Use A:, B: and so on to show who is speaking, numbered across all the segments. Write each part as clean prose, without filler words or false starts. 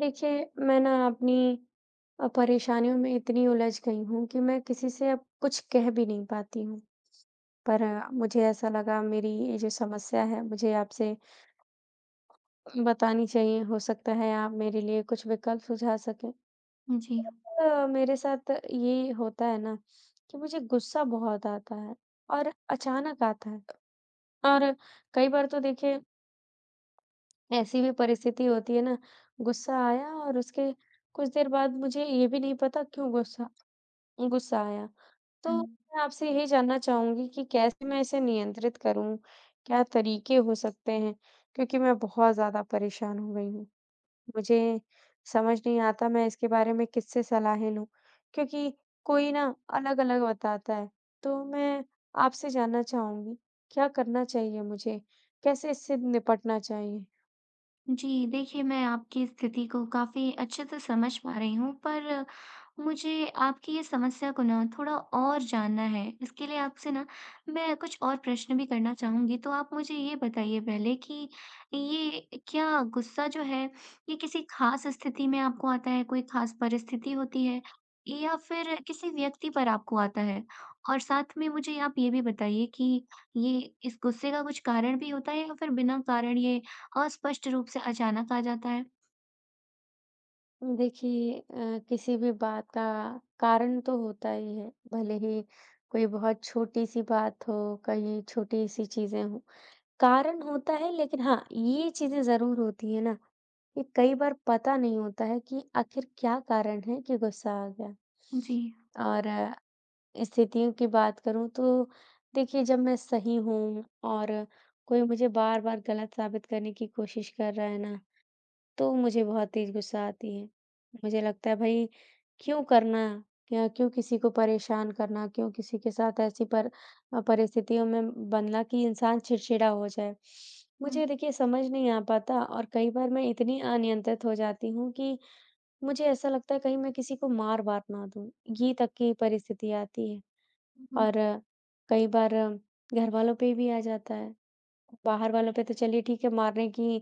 A: देखिए, मैं ना अपनी परेशानियों में इतनी उलझ गई हूँ कि मैं किसी से अब कुछ कह भी नहीं पाती हूँ। पर मुझे ऐसा लगा मेरी ये जो समस्या है मुझे आपसे बतानी चाहिए, हो सकता है आप मेरे लिए कुछ विकल्प सुझा सकें।
B: जी,
A: मेरे साथ ये होता है ना कि मुझे गुस्सा बहुत आता है और अचानक आता है और कई बार तो देखिए ऐसी भी परिस्थिति होती है ना गुस्सा आया और उसके कुछ देर बाद मुझे ये भी नहीं पता क्यों गुस्सा गुस्सा आया।
B: हुँ।
A: तो मैं आपसे यही जानना चाहूँगी कि कैसे मैं इसे नियंत्रित करूँ? क्या तरीके हो सकते हैं? क्योंकि मैं बहुत ज़्यादा परेशान हो गई हूँ। मुझे समझ नहीं आता मैं इसके बारे में किससे सलाहें लूँ? क्योंकि कोई ना अलग-अलग बताता है। तो मैं आपसे जानना चाहूँगी, क्या करना चाहिए मुझे? कैसे इससे निपटना चाहिए?
B: जी, देखिए मैं आपकी स्थिति को काफ़ी अच्छे से समझ पा रही हूँ, पर मुझे आपकी ये समस्या को ना थोड़ा और जानना है। इसके लिए आपसे ना मैं कुछ और प्रश्न भी करना चाहूँगी, तो आप मुझे ये बताइए पहले कि ये क्या गुस्सा जो है, ये किसी ख़ास स्थिति में आपको आता है, कोई ख़ास परिस्थिति होती है या फिर किसी व्यक्ति पर आपको आता है? और साथ में मुझे आप ये भी बताइए कि ये इस गुस्से का कुछ कारण भी होता है या फिर बिना कारण ये अस्पष्ट रूप से अचानक आ जाता है।
A: देखिए किसी भी बात का कारण तो होता ही है, भले ही कोई बहुत छोटी-सी बात हो, कहीं छोटी-सी चीज़ें हों, कारण होता है लेकिन हाँ, ये चीज़ें ज़रूर होती है ना, कि कई बार पता नहीं होता है कि आखिर क्या कारण है कि गुस्सा आ गया।
B: जी।
A: और स्थितियों की बात करूँ तो देखिए जब मैं सही हूँ और कोई मुझे बार-बार गलत साबित करने की कोशिश कर रहा है ना, तो मुझे बहुत तेज़ गुस्सा आती है। मुझे लगता है भई क्यों करना? या क्यों किसी को परेशान करना? क्यों किसी के साथ ऐसी परिस्थितियों में बनना कि इंसान चिड़चिड़ा हो जाए।
B: हुँ,
A: मुझे देखिए समझ नहीं आ पाता और कई बार मैं इतनी अनियंत्रित हो जाती हूँ कि मुझे ऐसा लगता है कहीं मैं किसी को मार-वार ना दूँ, ये तक की परिस्थिति आती है।
B: हुँ,
A: और कई बार घरवालों पे भी आ जाता है बाहर वालों पे तो चलिए ठीक है मारने की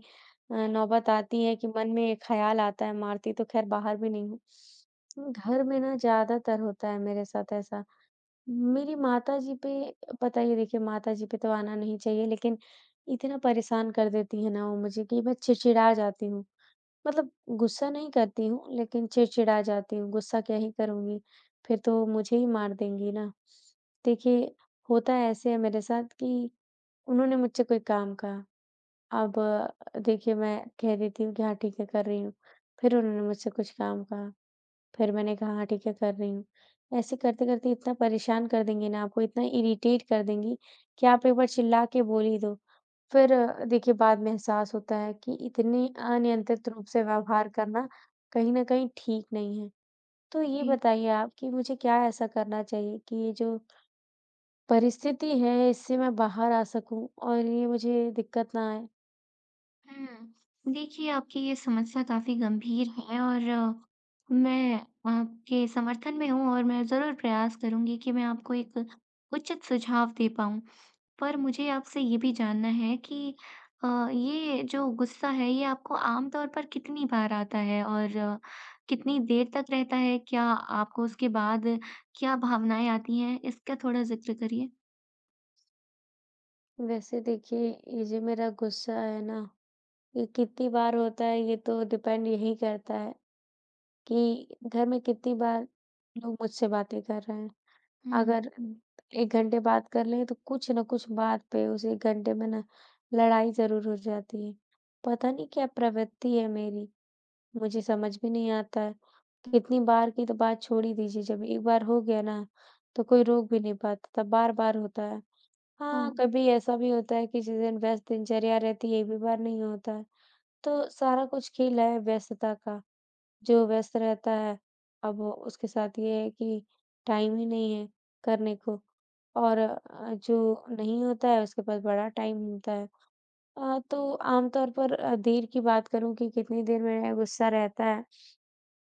A: नौबत आती है कि मन में एक ख़्याल आता है, मारती तो ख़ैर बाहर भी नहीं हूँ। घर में ना ज़्यादातर होता है मेरे साथ ऐसा। मेरी माताजी पे पता ही है देखिए माताजी पे तो आना नहीं चाहिए लेकिन इतना परेशान कर देती है ना वो मुझे कि मैं चिड़चिड़ा जाती हूँ। मतलब गुस्सा नहीं करती हूँ लेकिन चिड़चिड़ा जाती हूँ, गुस्सा क्या ही करूँगी, फिर तो मुझे ही मार देंगी ना। देखिए, होता ऐसे है मेरे साथ कि उन्होंने मुझसे कोई काम कहा अब देखिए मैं कह देती हूँ कि हाँ ठीक है कर रही हूँ। फिर उन्होंने मुझसे कुछ काम कहा, फिर मैंने कहा हाँ ठीक है कर रही हूँ। ऐसे करते-करते इतना परेशान कर देंगी ना आपको, इतना इरिटेट कर देंगी कि आप एक बार चिल्ला के बोल ही दो। फिर देखिए बाद में एहसास होता है कि इतने अनियंत्रित रूप से व्यवहार करना कहीं न कहीं ठीक नहीं है। तो ये
B: जी।
A: बताइए आप कि मुझे क्या ऐसा करना चाहिए कि ये जो परिस्थिति है इससे मैं बाहर आ सकूँ और ये मुझे दिक्कत ना आए?
B: हुँ। देखिए, आपकी ये समस्या काफ़ी गंभीर है और मैं आपके समर्थन में हूँ और मैं ज़रूर प्रयास करूँगी कि मैं आपको एक उचित सुझाव दे पाऊँ। पर मुझे आपसे ये भी जानना है कि अ, ये जो गुस्सा है, ये आपको आम तौर पर कितनी बार आता है और कितनी देर तक रहता है? क्या आपको उसके बाद क्या भावनाएँ आती हैं? इसका थोड़ा ज़िक्र करिए।
A: वैसे देखिए, ये जो मेरा गुस्सा है ना, ये कितनी बार होता है ये तो डिपेंड यही करता है कि घर में कितनी बार लोग मुझसे बातें कर रहे हैं।
B: हुँ।
A: अगर 1 घंटे बात कर लें तो कुछ न कुछ बात पे उस 1 घंटे में ना लड़ाई ज़रूर हो जाती है। पता नहीं क्या प्रवृत्ति है मेरी, मुझे समझ भी नहीं आता है। कितनी बार की तो बात छोड़ ही दीजिए, जब एक बार हो गया ना, तो कोई रोक भी नहीं पाता था, बार-बार होता है।
B: ओह!
A: हाँ, कभी ऐसा भी होता है कि जिस दिन व्यस्त दिनचर्या रहती है, एक भी बार नहीं होता है। तो सारा कुछ खेल है व्यस्तता का, जो व्यस्त रहता है, अब उसके साथ ये है कि टाइम ही नहीं है करने को और जो नहीं होता है उसके पास बड़ा टाइम होता है। तो आमतौर पर देर की बात करूँ कि कितनी देर में गुस्सा रहता है,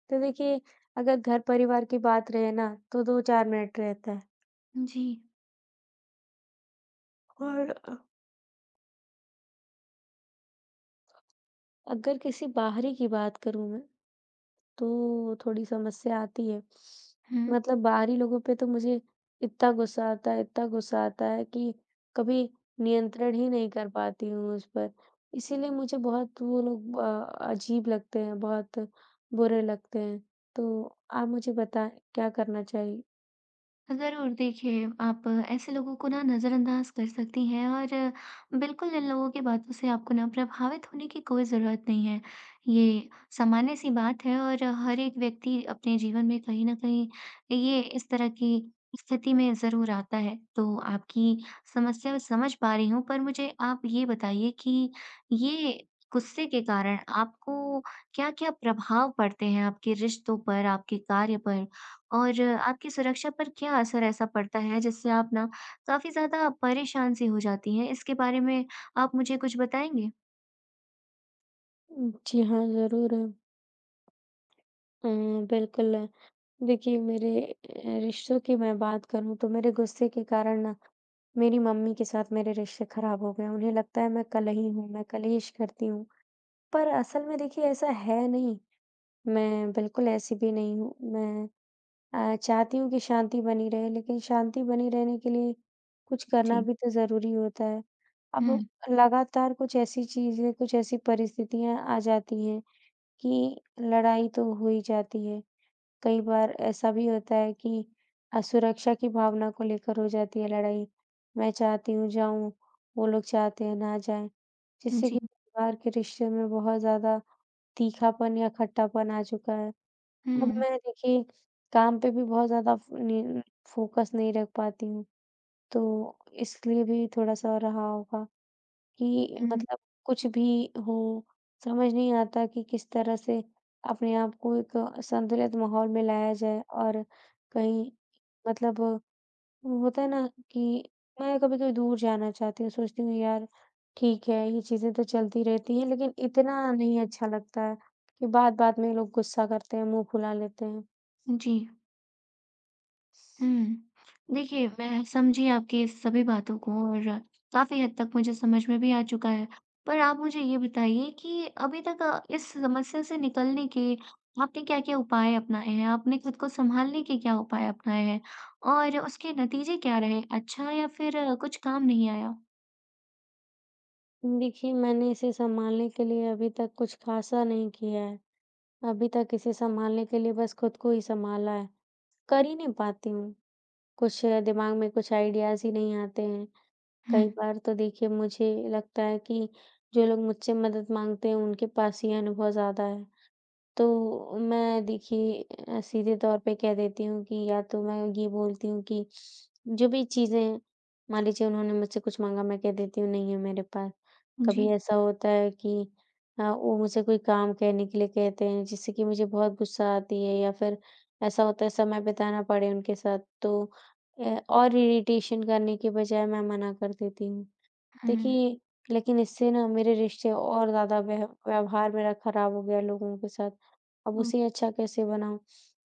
A: तो देखिए अगर घर-परिवार की बात रहे ना, तो 2-4 मिनट रहता है
B: जी।
A: और अगर किसी बाहरी की बात करूँ मैं, तो थोड़ी समस्या आती है।
B: हुँ।
A: मतलब बाहरी लोगों पे तो मुझे इतना गुस्सा आता है इतना गुस्सा आता है कि कभी नियंत्रण ही नहीं कर पाती हूँ उस पर। इसीलिए मुझे बहुत वो लोग अजीब लगते हैं, बहुत बुरे लगते हैं। तो आप मुझे बताएँ क्या करना चाहिए?
B: ज़रूर देखिए, आप ऐसे लोगों को ना नज़रअंदाज़ कर सकती हैं और बिल्कुल इन लोगों की बातों से आपको ना प्रभावित होने की कोई ज़रूरत नहीं है। ये सामान्य-सी बात है और हर एक व्यक्ति अपने जीवन में कहीं न कहीं ये इस तरह की स्थिति में ज़रूर आता है। तो आपकी समस्या मैं समझ पा रही हूँ, पर मुझे आप ये बताइए कि ये गुस्से के कारण आपको क्या-क्या प्रभाव पड़ते हैं आपके रिश्तों पर, आपके कार्य पर? और आपकी सुरक्षा पर क्या असर ऐसा पड़ता है जिससे आप ना काफ़ी ज़्यादा परेशान सी हो जाती हैं? इसके बारे में आप मुझे कुछ बताएँगे?
A: जी हाँ, ज़रूर। अ, बिल्कुल। देखिए, मेरे रिश्तों की मैं बात करूँ तो मेरे गुस्से के कारण ना, मेरी मम्मी के साथ मेरे रिश्ते खराब हो गए। उन्हें लगता है मैं कलही हूँ, मैं कलेश करती हूँ, पर असल में देखिए ऐसा है नहीं। मैं बिल्कुल ऐसी भी नहीं हूँ। मैं चाहती हूँ कि शांति बनी रहे, लेकिन शांति बनी रहने के लिए कुछ करना
B: जी।
A: भी तो ज़रूरी होता है। अब
B: हुँ।
A: लगातार कुछ ऐसी चीज़ें, कुछ ऐसी परिस्थितियाँ आ जाती हैं कि लड़ाई तो हो ही जाती है। कई बार ऐसा भी होता है कि असुरक्षा की भावना को लेकर हो जाती है लड़ाई। मैं चाहती हूँ जाऊँ, वो लोग चाहते हैं ना जाएँ, जिससे
B: जी।
A: कि परिवार के रिश्ते में बहुत ज़्यादा तीखापन या खट्टापन आ चुका है। अब
B: हुँ।
A: मैं देखिए काम पे भी बहुत ज़्यादा फ़ नि फोकस नहीं रख पाती हूँ, तो इसलिए भी थोड़ा-सा रहा होगा। कि मतलब कुछ भी हो, समझ नहीं आता कि किस तरह से अपने आप को एक संतुलित माहौल में लाया जाए और कहीं मतलब होता है ना कि मैं कभी-कभी दूर जाना चाहती हूँ, सोचती हूँ यार ठीक है, ये चीज़ें तो चलती रहती हैं लेकिन इतना नहीं अच्छा लगता है कि बात-बात में लोग गुस्सा करते हैं, मुँह फुला लेते हैं।
B: हुँ, जी। हुँ। देखिए, मैं समझी आपकी इस सभी बातों को और काफ़ी हद तक मुझे समझ में भी आ चुका है। पर आप मुझे ये बताइए कि अभी तक इस समस्या से निकलने के आपने क्या-क्या उपाय अपनाए हैं? आपने खुद को सँभालने के क्या उपाय अपनाए हैं? और उसके नतीजे क्या रहे? अच्छा या फिर कुछ काम नहीं आया?
A: देखिए, मैंने इसे सँभालने के लिए अभी तक कुछ ख़ासा नहीं किया है, अभी तक इसे सँभालने के लिए बस खुद को ही सँभाला है। कर ही नहीं पाती हूँ। कुछ दिमाग में कुछ आइडियाज़ ही नहीं आते हैं।
B: हुँ,
A: कई बार तो देखिए मुझे लगता है कि जो लोग मुझसे मदद माँगते हैं उनके पास ये अनुभव ज़्यादा है। तो मैं देखिए सीधे तौर पे कह देती हूँ कि या तो मैं ये बोलती हूँ कि जो भी चीज़ें हैं, मान लीजिए उन्होंने मुझसे कुछ माँगा, मैं कह देती हूँ नहीं है मेरे पास। कभी
B: जी।
A: ऐसा होता है कि वो मुझसे कोई काम कहने के लिए कहते हैं जिससे कि मुझे बहुत गुस्सा आती है या फिर ऐसा होता है समय बिताना पड़े उनके साथ तो और इरिटेशन करने के बजाय मैं मना कर देती हूँ।
B: हुँ।
A: देखिए, लेकिन इससे ना मेरे रिश्ते और ज़्यादा व्यह व्यवहार मेरा खराब हो गया लोगों के साथ। अब उसे अच्छा कैसे बनाऊँ?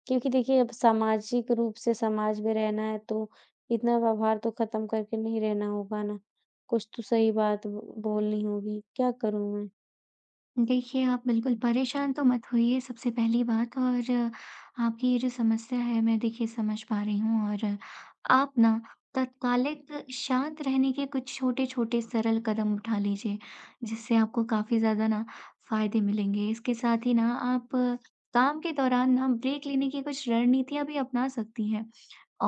A: क्योंकि देखिए अब सामाजिक रूप से समाज में रहना है तो इतना व्यवहार तो ख़त्म करके नहीं रहना होगा ना। कुछ तो सही बात ब बोलनी होगी। क्या करूँ मैं?
B: देखिए, आप बिल्कुल परेशान तो मत होइए सबसे पहली बात और आपकी ये जो समस्या है मैं देखिए समझ पा रही हूँ और आप ना तत्कालिक शांत रहने के कुछ छोटे-छोटे सरल कदम उठा लीजिए, जिससे आपको काफ़ी ज़्यादा ना फ़ायदे मिलेंगे। इसके साथ ही ना आप काम के दौरान ना ब्रेक लेने की कुछ रणनीतियाँ भी अपना सकती हैं।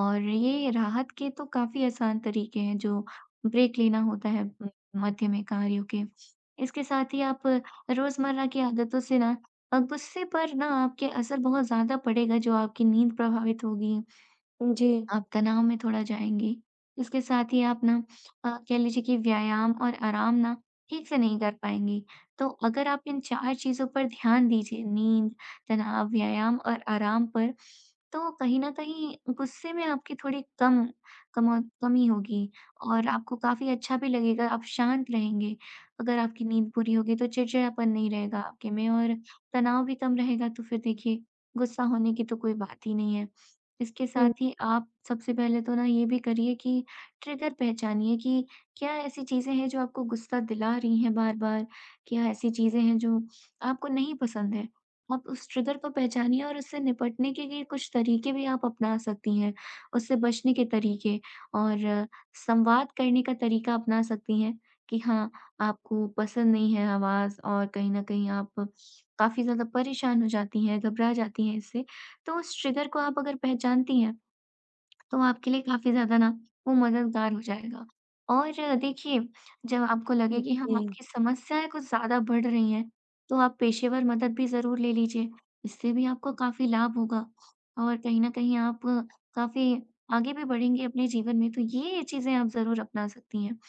B: और ये राहत के तो काफ़ी आसान तरीके हैं जो ब्रेक लेना होता है मध्य में कार्यों के। इसके साथ ही आप रोज़मर्रा की आदतों से ना गुस्से पर ना आपके असर बहुत ज़्यादा पड़ेगा जो आपकी नींद प्रभावित होगी।
A: जी।
B: आप तनाव में थोड़ा जाएँगी। इसके साथ ही आप ना कह लीजिए कि व्यायाम और आराम ना ठीक से नहीं कर पाएँगी। तो अगर आप इन 4 चीज़ों पर ध्यान दीजिए नींद, तनाव, व्यायाम और आराम पर, तो कहीं न कहीं गुस्से में आपकी थोड़ी कम कम कमी होगी और आपको काफ़ी अच्छा भी लगेगा, आप शांत रहेंगे। अगर आपकी नींद पूरी होगी तो चिड़चिड़ापन नहीं रहेगा आपके में और तनाव भी कम रहेगा तो फिर देखिए गुस्सा होने की तो कोई बात ही नहीं है। इसके
A: हुँ,
B: साथ ही आप सबसे पहले तो ना ये भी करिए कि ट्रिगर पहचानिए कि क्या ऐसी चीज़ें हैं जो आपको गुस्सा दिला रही हैं बार-बार? क्या ऐसी चीज़ें हैं जो आपको नहीं पसंद हैं? आप उस ट्रिगर को पहचानिए और उससे निपटने के लिए कुछ तरीके भी आप अपना सकती हैं, उससे बचने के तरीके और संवाद करने का तरीका अपना सकती हैं कि हाँ, आपको पसंद नहीं है आवाज़ और कहीं न कहीं आप काफ़ी ज़्यादा परेशान हो जाती हैं, घबरा जाती हैं इससे। तो उस ट्रिगर को आप अगर पहचानती हैं, तो आपके लिए काफ़ी ज़्यादा ना वो मददगार हो जाएगा। और देखिए, जब आपको लगे
A: हुँ।
B: कि हाँ,
A: जी।
B: आपकी समस्याएँ कुछ ज़्यादा बढ़ रही हैं, तो आप पेशेवर मदद भी ज़रूर ले लीजिए। इससे भी आपको काफ़ी लाभ होगा और कहीं न कहीं आप काफ़ी आगे भी बढ़ेंगे अपने जीवन में, तो ये चीज़ें आप ज़रूर अपना सकती हैं।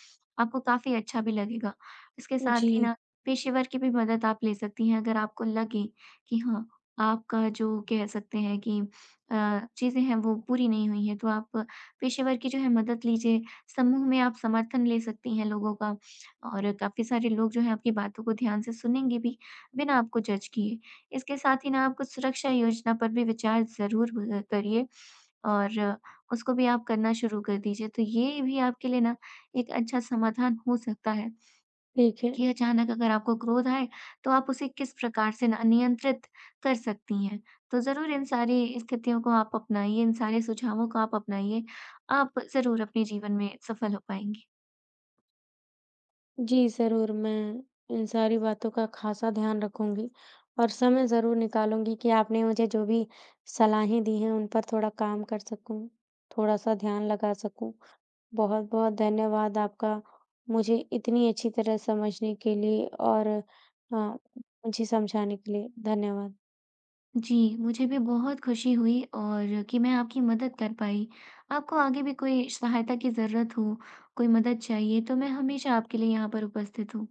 B: आपको काफ़ी अच्छा भी लगेगा। इसके साथ ही
A: जी,
B: ना पेशेवर की भी मदद आप ले सकती हैं अगर आपको लगे कि हाँ, आपका जो कह सकते हैं कि अ, चीज़ें हैं वो पूरी नहीं हुई हैं, तो आप पेशेवर की जो है मदद लीजिए। समूह में आप समर्थन ले सकती हैं लोगों का और काफ़ी सारे लोग जो हैं आपकी बातों को ध्यान से सुनेंगे भी, बिना आपको जज किए। इसके साथ ही ना आप कुछ सुरक्षा योजना पर भी विचार ज़रूर करिए और उसको भी आप करना शुरू कर दीजिए। तो ये भी आपके लिए ना एक अच्छा समाधान हो सकता है।
A: ठीक है।
B: कि अचानक अगर आपको क्रोध आए, तो आप उसे किस प्रकार से ना नियंत्रित कर सकती हैं। तो ज़रूर इन सारी स्थितियों को आप अपनाइए, इन सारे सुझावों को आप अपनाइए। आप ज़रूर अपने जीवन में सफल हो पाएँगी।
A: जी, ज़रूर, मैं इन सारी बातों का ख़ासा ध्यान रखूँगी और समय ज़रूर निकालूँगी कि आपने मुझे जो भी सलाहें दी हैं, उन पर थोड़ा काम कर सकूँ, थोड़ा-सा ध्यान लगा सकूँ। बहुत-बहुत धन्यवाद आपका, मुझे इतनी अच्छी तरह समझने के लिए और मुझे समझाने के लिए। धन्यवाद।
B: जी, मुझे भी बहुत खुशी हुई और कि मैं आपकी मदद कर पाई। आपको आगे भी कोई सहायता की ज़रूरत हो, कोई मदद चाहिए, तो मैं हमेशा आपके लिए यहाँ पर उपस्थित हूँ।